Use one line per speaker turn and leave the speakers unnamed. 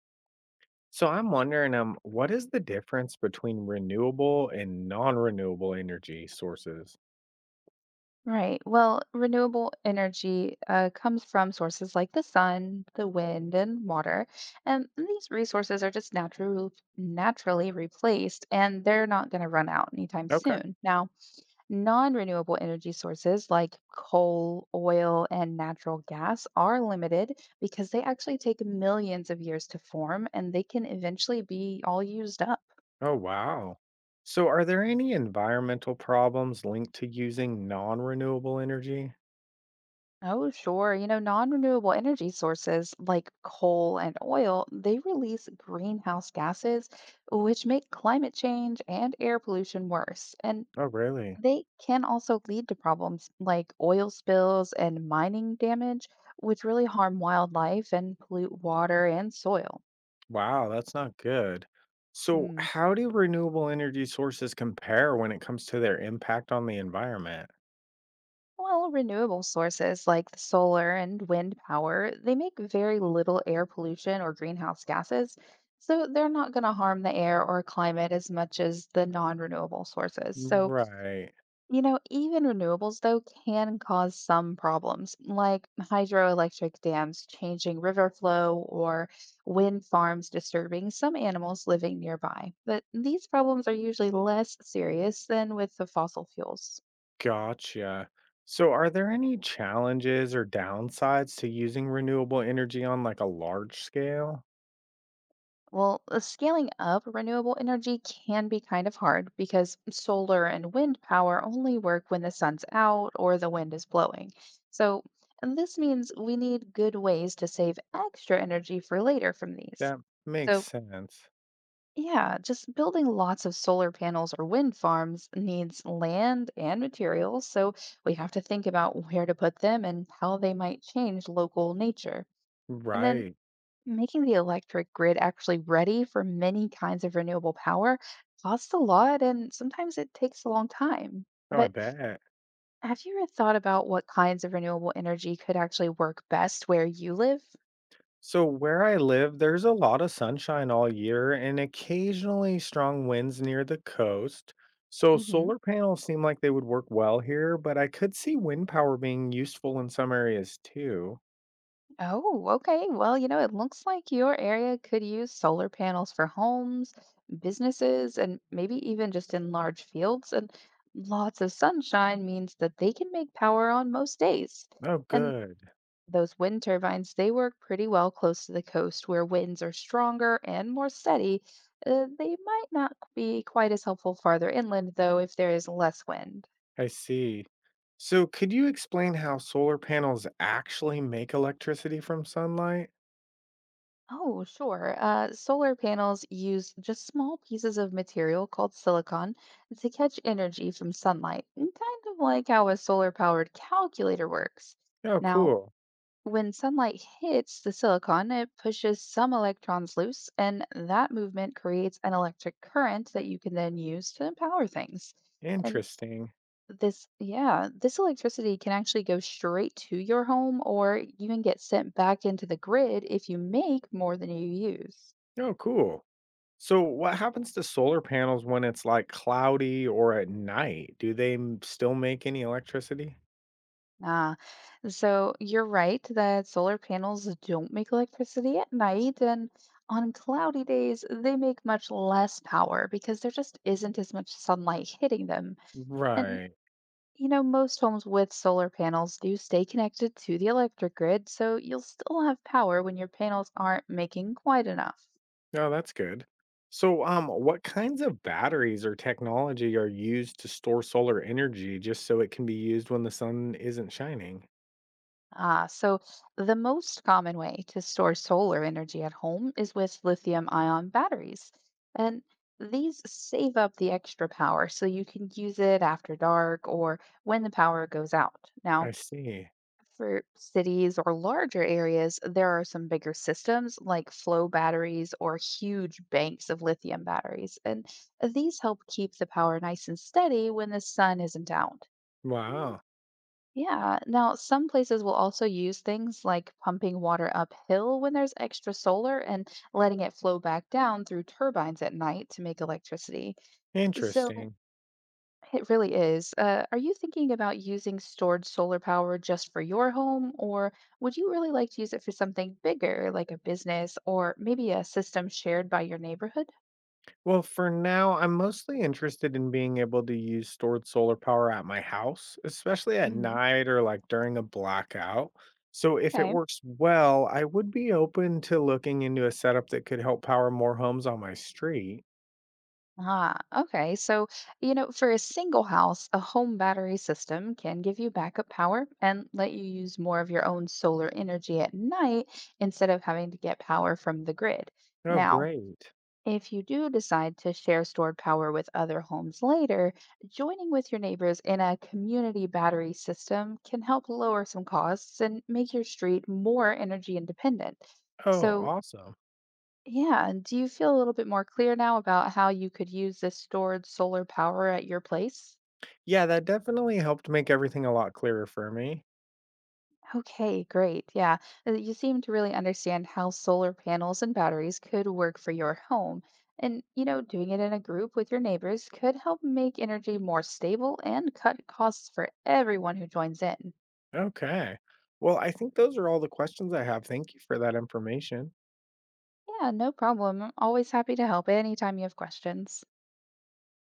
So I'm wondering, what is the difference between renewable and non-renewable energy sources?
Right. Well, renewable energy comes from sources like the sun, the wind, and water. And these resources are just natural, naturally replaced, and they're not going to run out anytime
Okay.
soon. Now, non renewable energy sources like coal, oil, and natural gas are limited because they actually take millions of years to form and they can eventually be all used up.
Oh, wow. So are there any environmental problems linked to using non-renewable energy?
Oh, sure. You know, non-renewable energy sources like coal and oil, they release greenhouse gases, which make climate change and air pollution worse. And
Oh, really?
they can also lead to problems like oil spills and mining damage, which really harm wildlife and pollute water and soil.
Wow, that's not good. So
Hmm.
how do renewable energy sources compare when it comes to their impact on the environment?
Well, renewable sources like the solar and wind power, they make very little air pollution or greenhouse gases, so they're not going to harm the air or climate as much as the non-renewable sources. So,
Right.
you know, even renewables though can cause some problems, like hydroelectric dams changing river flow or wind farms disturbing some animals living nearby. But these problems are usually less serious than with the fossil fuels.
Gotcha. So are there any challenges or downsides to using renewable energy on like a large scale?
Well, scaling up renewable energy can be kind of hard because solar and wind power only work when the sun's out or the wind is blowing. So, and this means we need good ways to save extra energy for later from these.
That makes
So,
sense.
yeah, just building lots of solar panels or wind farms needs land and materials, so we have to think about where to put them and how they might change local nature. And then
Right.
making the electric grid actually ready for many kinds of renewable power costs a lot, and sometimes it takes a long time.
Oh, I
But
bet.
have you ever thought about what kinds of renewable energy could actually work best where you live?
So where I live, there's a lot of sunshine all year and occasionally strong winds near the coast. So
hmm
solar panels seem like they would work well here, but I could see wind power being useful in some areas too.
Oh, okay. Well, you know, it looks like your area could use solar panels for homes, businesses, and maybe even just in large fields. And lots of sunshine means that they can make power on most days.
Oh,
And
good.
those wind turbines, they work pretty well close to the coast where winds are stronger and more steady. They might not be quite as helpful farther inland, though, if there is less wind.
I see. So, could you explain how solar panels actually make electricity from sunlight?
Oh, sure. Solar panels use just small pieces of material called silicon to catch energy from sunlight, kind of like how a solar powered calculator works.
Oh,
Now,
cool.
when sunlight hits the silicon, it pushes some electrons loose, and that movement creates an electric current that you can then use to power things. And
Interesting.
this electricity can actually go straight to your home or even get sent back into the grid if you make more than you use.
Oh, cool. So, what happens to solar panels when it's like cloudy or at night? Do they still make any electricity?
Ah, so you're right that solar panels don't make electricity at night, and on cloudy days, they make much less power because there just isn't as much sunlight hitting them. And,
Right.
you know, most homes with solar panels do stay connected to the electric grid, so you'll still have power when your panels aren't making quite enough.
Oh, that's good. So, what kinds of batteries or technology are used to store solar energy just so it can be used when the sun isn't shining?
So the most common way to store solar energy at home is with lithium ion batteries. And these save up the extra power so you can use it after dark or when the power goes out.
I
Now,
see.
for cities or larger areas, there are some bigger systems like flow batteries or huge banks of lithium batteries. And these help keep the power nice and steady when the sun isn't out.
Wow.
Yeah. Now, some places will also use things like pumping water uphill when there's extra solar and letting it flow back down through turbines at night to make electricity. So
Interesting.
it really is. Are you thinking about using stored solar power just for your home, or would you really like to use it for something bigger, like a business or maybe a system shared by your neighborhood?
Well, for now, I'm mostly interested in being able to use stored solar power at my house, especially at
Mhm.
night or like during a blackout. So, if it
Okay.
works well, I would be open to looking into a setup that could help power more homes on my street.
Okay. So, you know, for a single house, a home battery system can give you backup power and let you use more of your own solar energy at night instead of having to get power from the grid.
Oh,
Now,
great.
if you do decide to share stored power with other homes later, joining with your neighbors in a community battery system can help lower some costs and make your street more energy independent.
Oh,
So,
awesome.
yeah, and do you feel a little bit more clear now about how you could use this stored solar power at your place?
Yeah, that definitely helped make everything a lot clearer for me.
Okay, great. Yeah, you seem to really understand how solar panels and batteries could work for your home. And, you know, doing it in a group with your neighbors could help make energy more stable and cut costs for everyone who joins in.
Okay. Well, I think those are all the questions I have. Thank you for that information.
Yeah, no problem. I'm always happy to help anytime you have questions.